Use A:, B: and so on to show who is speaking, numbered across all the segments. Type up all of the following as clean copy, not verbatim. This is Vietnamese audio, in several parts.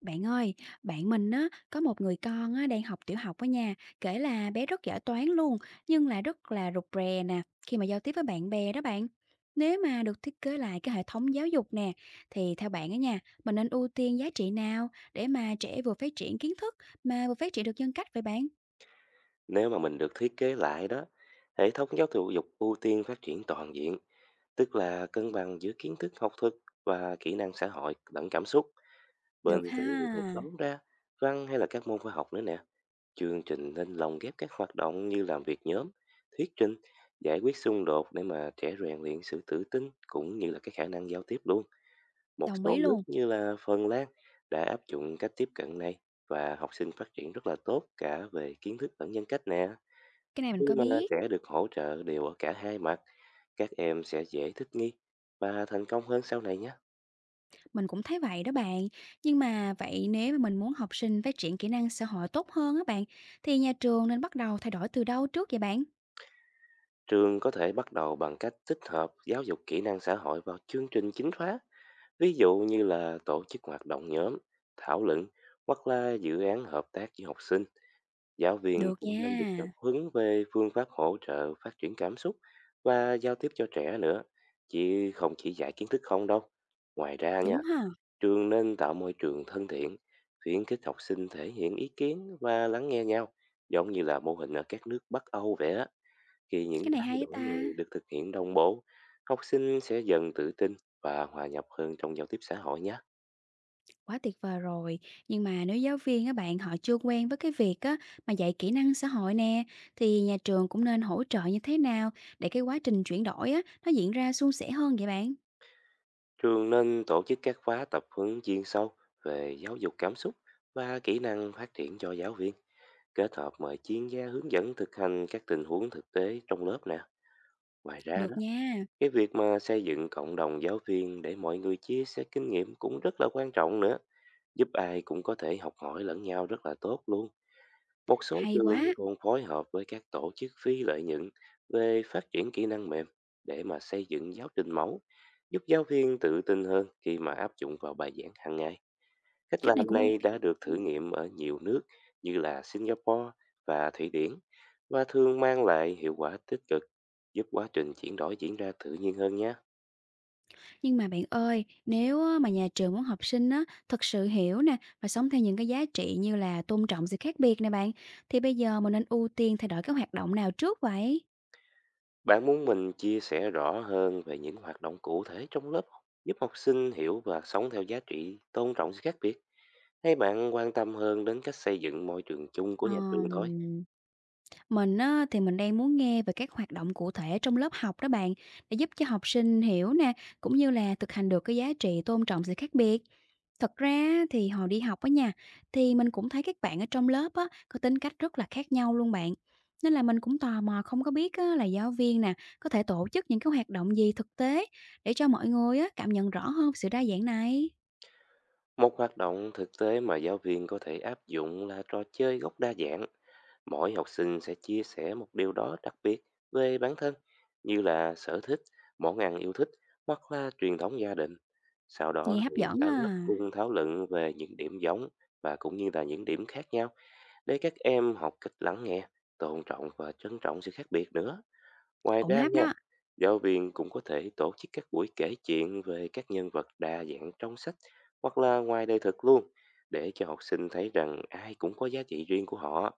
A: Bạn ơi, bạn mình á có một người con á đang học tiểu học ở nhà, kể là bé rất giỏi toán luôn, nhưng là rất là rụt rè nè khi mà giao tiếp với bạn bè đó bạn. Nếu mà được thiết kế lại cái hệ thống giáo dục nè, thì theo bạn á nha, mình nên ưu tiên giá trị nào để mà trẻ vừa phát triển kiến thức mà vừa phát triển được nhân cách vậy bạn?
B: Nếu mà mình được thiết kế lại đó, hệ thống giáo thụ dục ưu tiên phát triển toàn diện, tức là cân bằng giữa kiến thức học thuật và kỹ năng xã hội lẫn cảm xúc.
A: Được
B: Bên cạnh
A: ha,
B: việc học toán ra, văn hay là các môn khoa học nữa nè, chương trình nên lồng ghép các hoạt động như làm việc nhóm, thuyết trình, giải quyết xung đột để mà trẻ rèn luyện sự tự tin cũng như là cái khả năng giao tiếp luôn. Một
A: đồng
B: số
A: ý
B: nước
A: luôn.
B: như là Phần Lan đã áp dụng cách tiếp cận này và học sinh phát triển rất là tốt cả về kiến thức lẫn nhân cách nè.
A: Cái này mình
B: Khi
A: có
B: mà
A: biết.
B: trẻ được hỗ trợ đều ở cả hai mặt, các em sẽ dễ thích nghi và thành công hơn sau này nhé.
A: Mình cũng thấy vậy đó bạn. Nhưng mà vậy nếu mà mình muốn học sinh phát triển kỹ năng xã hội tốt hơn á bạn, thì nhà trường nên bắt đầu thay đổi từ đâu trước vậy bạn?
B: Trường có thể bắt đầu bằng cách tích hợp giáo dục kỹ năng xã hội vào chương trình chính khóa, ví dụ như là tổ chức hoạt động nhóm, thảo luận hoặc là dự án hợp tác với học sinh. Giáo viên
A: Được
B: cũng nên được tập
A: nha.
B: huấn về phương pháp hỗ trợ phát triển cảm xúc và giao tiếp cho trẻ nữa, chứ không chỉ dạy kiến thức không đâu. Ngoài ra nha,
A: Đúng hả?
B: trường nên tạo môi trường thân thiện, khuyến khích học sinh thể hiện ý kiến và lắng nghe nhau, giống như là mô hình ở các nước Bắc Âu vậy á. Khi những
A: Cái này
B: thay
A: hay á
B: đổi này
A: ta.
B: được thực hiện đồng bộ, học sinh sẽ dần tự tin và hòa nhập hơn trong giao tiếp xã hội nhé.
A: Quá tuyệt vời rồi. Nhưng mà nếu giáo viên á bạn họ chưa quen với cái việc á mà dạy kỹ năng xã hội nè, thì nhà trường cũng nên hỗ trợ như thế nào để cái quá trình chuyển đổi á nó diễn ra suôn sẻ hơn vậy bạn?
B: Trường nên tổ chức các khóa tập huấn chuyên sâu về giáo dục cảm xúc và kỹ năng phát triển cho giáo viên, kết hợp mời chuyên gia hướng dẫn thực hành các tình huống thực tế trong lớp nè. Ngoài ra đó,
A: Được nha.
B: cái việc mà xây dựng cộng đồng giáo viên để mọi người chia sẻ kinh nghiệm cũng rất là quan trọng nữa, giúp ai cũng có thể học hỏi lẫn nhau rất là tốt luôn. Một số
A: Hay
B: trường
A: quá.
B: còn phối hợp với các tổ chức phi lợi nhuận về phát triển kỹ năng mềm để mà xây dựng giáo trình mẫu, giúp giáo viên tự tin hơn khi mà áp dụng vào bài giảng hàng ngày. Cách
A: Cách này
B: làm
A: cũng
B: này đã được thử
A: ok.
B: nghiệm ở nhiều nước như là Singapore và Thụy Điển và thường mang lại hiệu quả tích cực, giúp quá trình chuyển đổi diễn ra tự nhiên hơn nhé.
A: Nhưng mà bạn ơi, nếu mà nhà trường muốn học sinh á, thực sự hiểu nè và sống theo những cái giá trị như là tôn trọng sự khác biệt nè bạn, thì bây giờ mình nên ưu tiên thay đổi cái hoạt động nào trước vậy?
B: Bạn muốn mình chia sẻ rõ hơn về những hoạt động cụ thể trong lớp giúp học sinh hiểu và sống theo giá trị tôn trọng sự khác biệt? Hay bạn quan tâm hơn đến cách xây dựng môi trường chung của nhà trường thôi?
A: Ờm, mình á, thì mình đang muốn nghe về các hoạt động cụ thể trong lớp học đó bạn, để giúp cho học sinh hiểu nè, cũng như là thực hành được cái giá trị tôn trọng sự khác biệt. Thật ra thì hồi đi học á nha, thì mình cũng thấy các bạn ở trong lớp á, có tính cách rất là khác nhau luôn bạn. Nên là mình cũng tò mò không có biết á, là giáo viên nè, có thể tổ chức những cái hoạt động gì thực tế để cho mọi người á, cảm nhận rõ hơn sự đa dạng này.
B: Một hoạt động thực tế mà giáo viên có thể áp dụng là trò chơi góc đa dạng. Mỗi học sinh sẽ chia sẻ một điều đó đặc biệt về bản thân, như là sở thích, món ăn yêu thích hoặc là truyền thống gia đình. Sau
A: Nghe
B: đó
A: hấp
B: thì
A: dẫn
B: cả lớp
A: à,
B: cùng thảo luận về những điểm giống và cũng như là những điểm khác nhau để các em học cách lắng nghe, tôn trọng và trân trọng sự khác biệt nữa. Ngoài
A: ổn
B: ra
A: áp
B: nha,
A: đó,
B: giáo viên cũng có thể tổ chức các buổi kể chuyện về các nhân vật đa dạng trong sách hoặc là ngoài đời thực luôn để cho học sinh thấy rằng ai cũng có giá trị riêng của họ.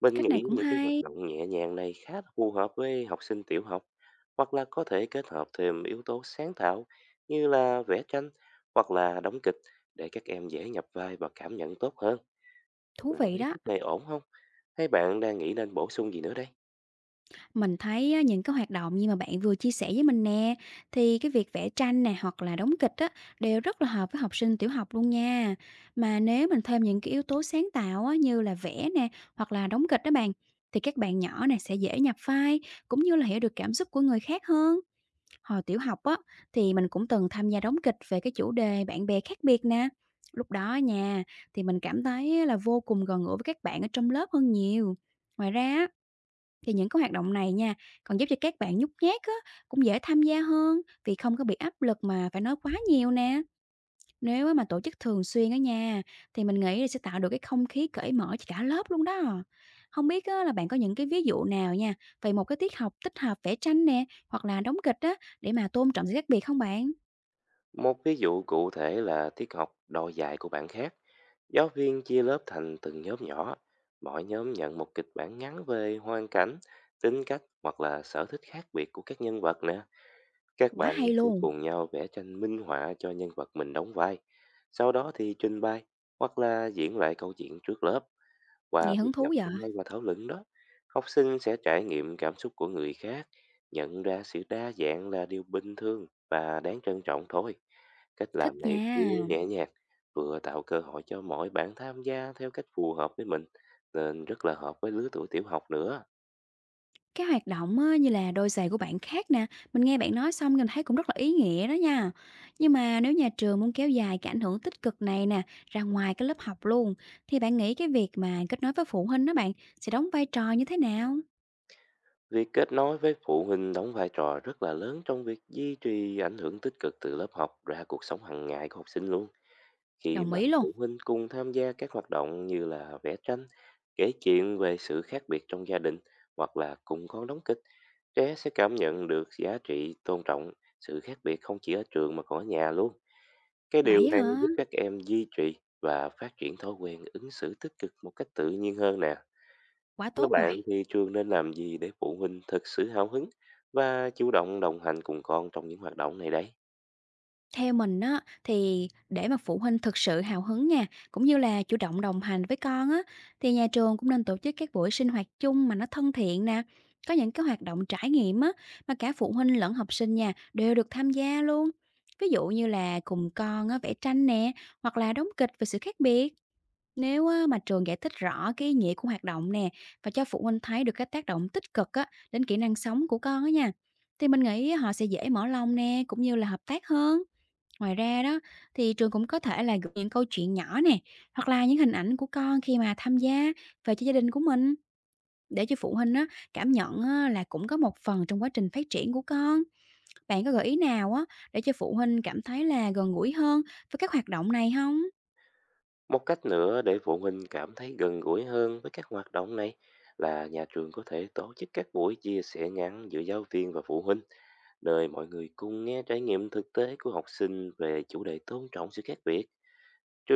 B: Mình
A: cách này
B: nghĩ
A: cũng
B: những cái hoạt
A: hay,
B: động nhẹ nhàng này khá là phù hợp với học sinh tiểu học, hoặc là có thể kết hợp thêm yếu tố sáng tạo như là vẽ tranh hoặc là đóng kịch để các em dễ nhập vai và cảm nhận tốt hơn.
A: thú
B: Bạn
A: vị
B: thấy
A: đó.
B: cách này ổn không? Hay bạn đang nghĩ nên bổ sung gì nữa đây?
A: Mình thấy á, những cái hoạt động như mà bạn vừa chia sẻ với mình nè, thì cái việc vẽ tranh nè hoặc là đóng kịch á, đều rất là hợp với học sinh tiểu học luôn nha. Mà nếu mình thêm những cái yếu tố sáng tạo á, như là vẽ nè hoặc là đóng kịch đó bạn, thì các bạn nhỏ này sẽ dễ nhập vai cũng như là hiểu được cảm xúc của người khác hơn. Hồi tiểu học á, thì mình cũng từng tham gia đóng kịch về cái chủ đề bạn bè khác biệt nè. Lúc đó nha, thì mình cảm thấy là vô cùng gần gũi với các bạn ở trong lớp hơn nhiều. Ngoài ra á, thì những cái hoạt động này nha, còn giúp cho các bạn nhút nhát á, cũng dễ tham gia hơn vì không có bị áp lực mà phải nói quá nhiều nè. Nếu á mà tổ chức thường xuyên ở nhà thì mình nghĩ là sẽ tạo được cái không khí cởi mở cho cả lớp luôn đó. Không biết á, là bạn có những cái ví dụ nào nha về một cái tiết học tích hợp vẽ tranh nè hoặc là đóng kịch á để mà tôn trọng sự khác biệt không bạn?
B: Một ví dụ cụ thể là tiết học đòi dài của bạn khác. Giáo viên chia lớp thành từng nhóm nhỏ. Mỗi nhóm nhận một kịch bản ngắn về hoàn cảnh, tính cách hoặc là sở thích khác biệt của các nhân vật nè. Các
A: Quá
B: bạn
A: hay
B: sẽ
A: luôn,
B: cùng nhau vẽ tranh minh họa cho nhân vật mình đóng vai. Sau đó thì trình bày hoặc là diễn lại câu chuyện trước lớp. Qua
A: nghe
B: việc
A: hứng
B: nhập
A: thú vậy,
B: vai và thảo luận đó, học sinh sẽ trải nghiệm cảm xúc của người khác, nhận ra sự đa dạng là điều bình thường và đáng trân trọng thôi. Cách
A: thích
B: làm này vừa
A: nha.
B: nhẹ nhàng, vừa tạo cơ hội cho mỗi bạn tham gia theo cách phù hợp với mình, nên rất là hợp với lứa tuổi tiểu học nữa.
A: Cái hoạt động á, như là đôi giày của bạn khác nè, mình nghe bạn nói xong mình thấy cũng rất là ý nghĩa đó nha. Nhưng mà nếu nhà trường muốn kéo dài cái ảnh hưởng tích cực này nè, ra ngoài cái lớp học luôn, thì bạn nghĩ cái việc mà kết nối với phụ huynh đó bạn sẽ đóng vai trò như thế nào?
B: Việc kết nối với phụ huynh đóng vai trò rất là lớn trong việc duy trì ảnh hưởng tích cực từ lớp học ra cuộc sống hàng ngày của học sinh luôn. Khi
A: Đồng
B: mà
A: ý luôn.
B: phụ huynh cùng tham gia các hoạt động như là vẽ tranh, kể chuyện về sự khác biệt trong gia đình hoặc là cùng con đóng kịch, trẻ sẽ cảm nhận được giá trị tôn trọng sự khác biệt không chỉ ở trường mà còn ở nhà luôn. Cái điều
A: Vậy
B: này
A: hả?
B: giúp các em duy trì và phát triển thói quen ứng xử tích cực một cách tự nhiên hơn nè.
A: Quá
B: Các
A: tốt rồi.
B: bạn thì trường nên làm gì để phụ huynh thực sự hào hứng và chủ động đồng hành cùng con trong những hoạt động này đấy?
A: Theo mình á, thì để mà phụ huynh thực sự hào hứng nha, cũng như là chủ động đồng hành với con á, thì nhà trường cũng nên tổ chức các buổi sinh hoạt chung mà nó thân thiện nè. Có những cái hoạt động trải nghiệm á, mà cả phụ huynh lẫn học sinh nha, đều được tham gia luôn. Ví dụ như là cùng con á, vẽ tranh nè, hoặc là đóng kịch về sự khác biệt. Nếu á, mà trường giải thích rõ cái ý nghĩa của hoạt động nè, và cho phụ huynh thấy được cái tác động tích cực á, đến kỹ năng sống của con á nha, thì mình nghĩ họ sẽ dễ mở lòng nè, cũng như là hợp tác hơn. Ngoài ra đó thì trường cũng có thể là gửi những câu chuyện nhỏ nè hoặc là những hình ảnh của con khi mà tham gia về cho gia đình của mình để cho phụ huynh á, cảm nhận á, là cũng có một phần trong quá trình phát triển của con. Bạn có gợi ý nào á, để cho phụ huynh cảm thấy là gần gũi hơn với các hoạt động này không?
B: Một cách nữa để phụ huynh cảm thấy gần gũi hơn với các hoạt động này là nhà trường có thể tổ chức các buổi chia sẻ ngắn giữa giáo viên và phụ huynh, nơi mọi người cùng nghe trải nghiệm thực tế của học sinh về chủ đề tôn trọng sự khác biệt.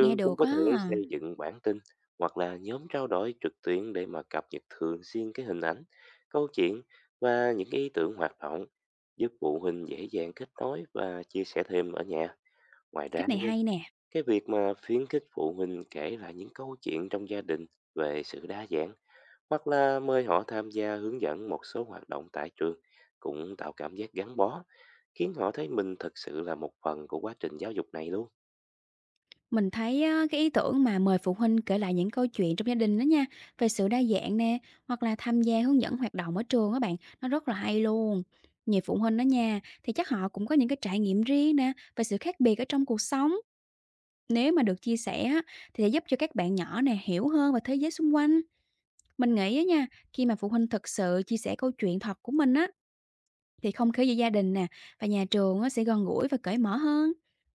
A: Nghe
B: cũng
A: được
B: có
A: á,
B: thể xây dựng bản tin hoặc là nhóm trao đổi trực tuyến để mà cập nhật thường xuyên cái hình ảnh, câu chuyện và những cái ý tưởng hoạt động, giúp phụ huynh dễ dàng kết nối và chia sẻ thêm ở nhà. Ngoài ra,
A: cách này hay nè.
B: cái việc mà khuyến khích phụ huynh kể lại những câu chuyện trong gia đình về sự đa dạng hoặc là mời họ tham gia hướng dẫn một số hoạt động tại trường cũng tạo cảm giác gắn bó, khiến họ thấy mình thực sự là một phần của quá trình giáo dục này luôn.
A: Mình thấy á, cái ý tưởng mà mời phụ huynh kể lại những câu chuyện trong gia đình đó nha, về sự đa dạng nè, hoặc là tham gia hướng dẫn hoạt động ở trường các bạn, nó rất là hay luôn. Nhiều phụ huynh đó nha, thì chắc họ cũng có những cái trải nghiệm riêng nè, về sự khác biệt ở trong cuộc sống. Nếu mà được chia sẻ á, thì sẽ giúp cho các bạn nhỏ nè hiểu hơn về thế giới xung quanh. Mình nghĩ á nha, khi mà phụ huynh thực sự chia sẻ câu chuyện thật của mình á, thì không khí giữa gia đình nè và nhà trường á sẽ gần gũi và cởi mở hơn.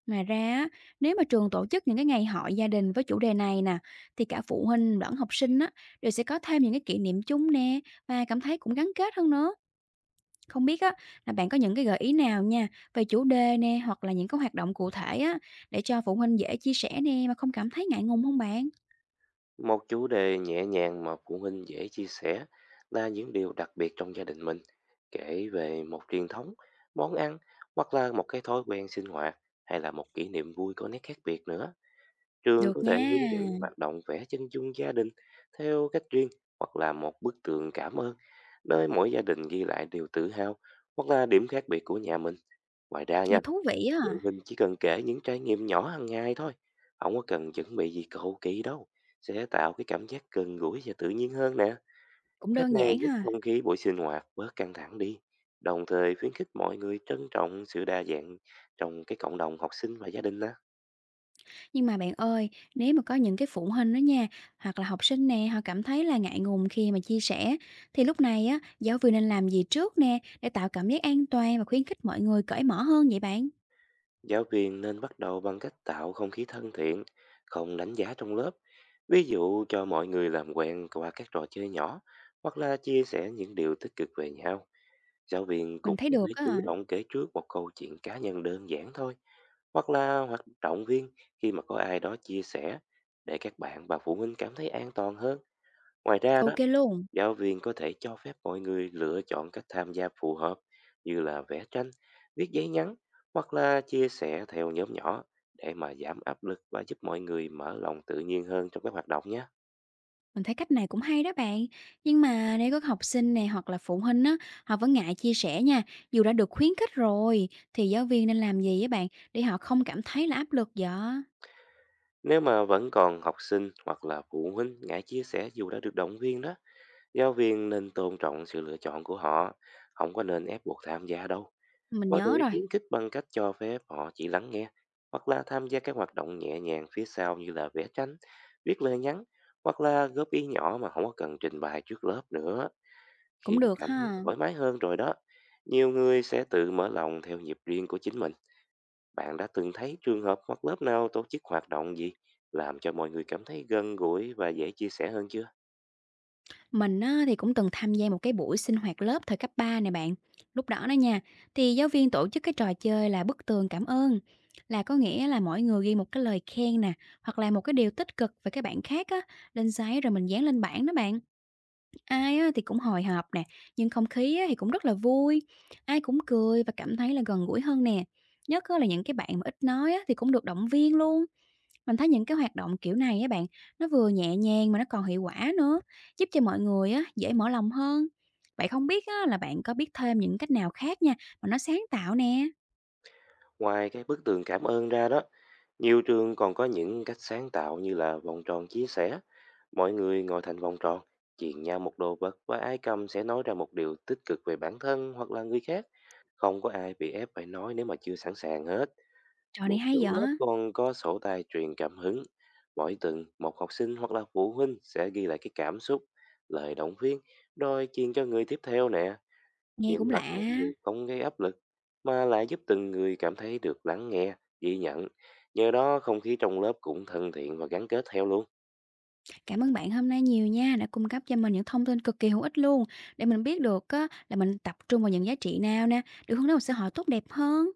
A: Ngoài ra á, nếu mà trường tổ chức những cái ngày hội gia đình với chủ đề này nè thì cả phụ huynh lẫn học sinh á đều sẽ có thêm những cái kỷ niệm chung nè và cảm thấy cũng gắn kết hơn nữa. Không biết á là bạn có những cái gợi ý nào nha về chủ đề nè hoặc là những cái hoạt động cụ thể á để cho phụ huynh dễ chia sẻ nè mà không cảm thấy ngại ngùng không bạn?
B: Một chủ đề nhẹ nhàng mà phụ huynh dễ chia sẻ là những điều đặc biệt trong gia đình mình, kể về một truyền thống, món ăn hoặc là một cái thói quen sinh hoạt, hay là một kỷ niệm vui có nét khác biệt nữa. Trường có
A: Được
B: thể
A: nha.
B: hướng dẫn hoạt động vẽ chân dung gia đình theo cách riêng hoặc là một bức tường cảm ơn, nơi mỗi gia đình ghi lại điều tự hào hoặc là điểm khác biệt của nhà mình. Ngoài ra
A: Nghe
B: nha,
A: thú vị
B: phụ
A: á,
B: huynh chỉ cần kể những trải nghiệm nhỏ hàng ngày thôi, không có cần chuẩn bị gì cầu kỳ đâu, sẽ tạo cái cảm giác gần gũi và tự nhiên hơn nè.
A: cũng
B: Cách
A: đơn
B: này
A: giản
B: giúp
A: ha.
B: không khí buổi sinh hoạt bớt căng thẳng đi, đồng thời khuyến khích mọi người trân trọng sự đa dạng trong cái cộng đồng học sinh và gia đình nè.
A: Nhưng mà bạn ơi, nếu mà có những cái phụ huynh đó nha, hoặc là học sinh nè, họ cảm thấy là ngại ngùng khi mà chia sẻ, thì lúc này á, giáo viên nên làm gì trước nè để tạo cảm giác an toàn và khuyến khích mọi người cởi mở hơn vậy bạn?
B: Giáo viên nên bắt đầu bằng cách tạo không khí thân thiện, không đánh giá trong lớp. Ví dụ cho mọi người làm quen qua các trò chơi nhỏ hoặc là chia sẻ những điều tích cực về nhau. Giáo viên
A: Mình
B: cũng
A: thấy
B: có
A: được
B: thể
A: á,
B: chủ động kể trước một câu chuyện cá nhân đơn giản thôi, hoặc là hoạt động viên khi mà có ai đó chia sẻ để các bạn và phụ huynh cảm thấy an toàn hơn. Ngoài ra đó,
A: ok luôn.
B: giáo viên có thể cho phép mọi người lựa chọn cách tham gia phù hợp như là vẽ tranh, viết giấy nhắn hoặc là chia sẻ theo nhóm nhỏ để mà giảm áp lực và giúp mọi người mở lòng tự nhiên hơn trong các hoạt động nhé.
A: Mình thấy cách này cũng hay đó bạn. Nhưng mà nếu có học sinh nè hoặc là phụ huynh á, họ vẫn ngại chia sẻ nha, dù đã được khuyến khích rồi, thì giáo viên nên làm gì á bạn để họ không cảm thấy là áp lực vậy?
B: Nếu mà vẫn còn học sinh hoặc là phụ huynh ngại chia sẻ dù đã được động viên đó, giáo viên nên tôn trọng sự lựa chọn của họ, không có nên ép buộc tham gia đâu.
A: Mình
B: Có
A: nhớ
B: thể
A: rồi,
B: khuyến khích bằng cách cho phép họ chỉ lắng nghe hoặc là tham gia các hoạt động nhẹ nhàng phía sau như là vẽ tranh, viết lời nhắn hoặc là góp ý nhỏ mà không có cần trình bày trước lớp nữa.
A: cũng
B: Khi mà
A: được
B: cảm thấy
A: ha.
B: thoải mái hơn rồi đó, nhiều người sẽ tự mở lòng theo nhịp riêng của chính mình. Bạn đã từng thấy trường hợp hoặc lớp nào tổ chức hoạt động gì làm cho mọi người cảm thấy gần gũi và dễ chia sẻ hơn chưa?
A: Mình á, thì cũng từng tham gia một cái buổi sinh hoạt lớp thời cấp 3 này bạn. Lúc đó đó nha, thì giáo viên tổ chức cái trò chơi là bức tường cảm ơn. Là có nghĩa là mỗi người ghi một cái lời khen nè, hoặc là một cái điều tích cực về cái bạn khác á, lên giấy rồi mình dán lên bảng đó bạn. Ai á, thì cũng hồi hộp nè, nhưng không khí á, thì cũng rất là vui. Ai cũng cười và cảm thấy là gần gũi hơn nè. Nhất á, là những cái bạn mà ít nói á, thì cũng được động viên luôn. Mình thấy những cái hoạt động kiểu này á bạn, nó vừa nhẹ nhàng mà nó còn hiệu quả nữa, giúp cho mọi người á dễ mở lòng hơn. Vậy không biết á là bạn có biết thêm những cách nào khác nha, mà nó sáng tạo nè.
B: Ngoài cái bức tường cảm ơn ra đó, nhiều trường còn có những cách sáng tạo như là vòng tròn chia sẻ. Mọi người ngồi thành vòng tròn, chuyền nhau một đồ vật và ai cầm sẽ nói ra một điều tích cực về bản thân hoặc là người khác. Không có ai bị ép phải nói nếu mà chưa sẵn sàng hết.
A: Trò này
B: Một số
A: hay dở,
B: lớp còn có sổ tay truyền cảm hứng. Mỗi tuần, một học sinh hoặc là phụ huynh sẽ ghi lại cái cảm xúc, lời động viên, rồi truyền cho người tiếp theo nè.
A: nghe
B: Những
A: cũng
B: hoạt
A: lạ.
B: động này không gây áp lực mà lại giúp từng người cảm thấy được lắng nghe, ghi nhận. Nhờ đó không khí trong lớp cũng thân thiện và gắn kết theo luôn.
A: Cảm ơn bạn hôm nay nhiều nha, đã cung cấp cho mình những thông tin cực kỳ hữu ích luôn, để mình biết được á là mình tập trung vào những giá trị nào nè, để hướng đến một xã hội tốt đẹp hơn.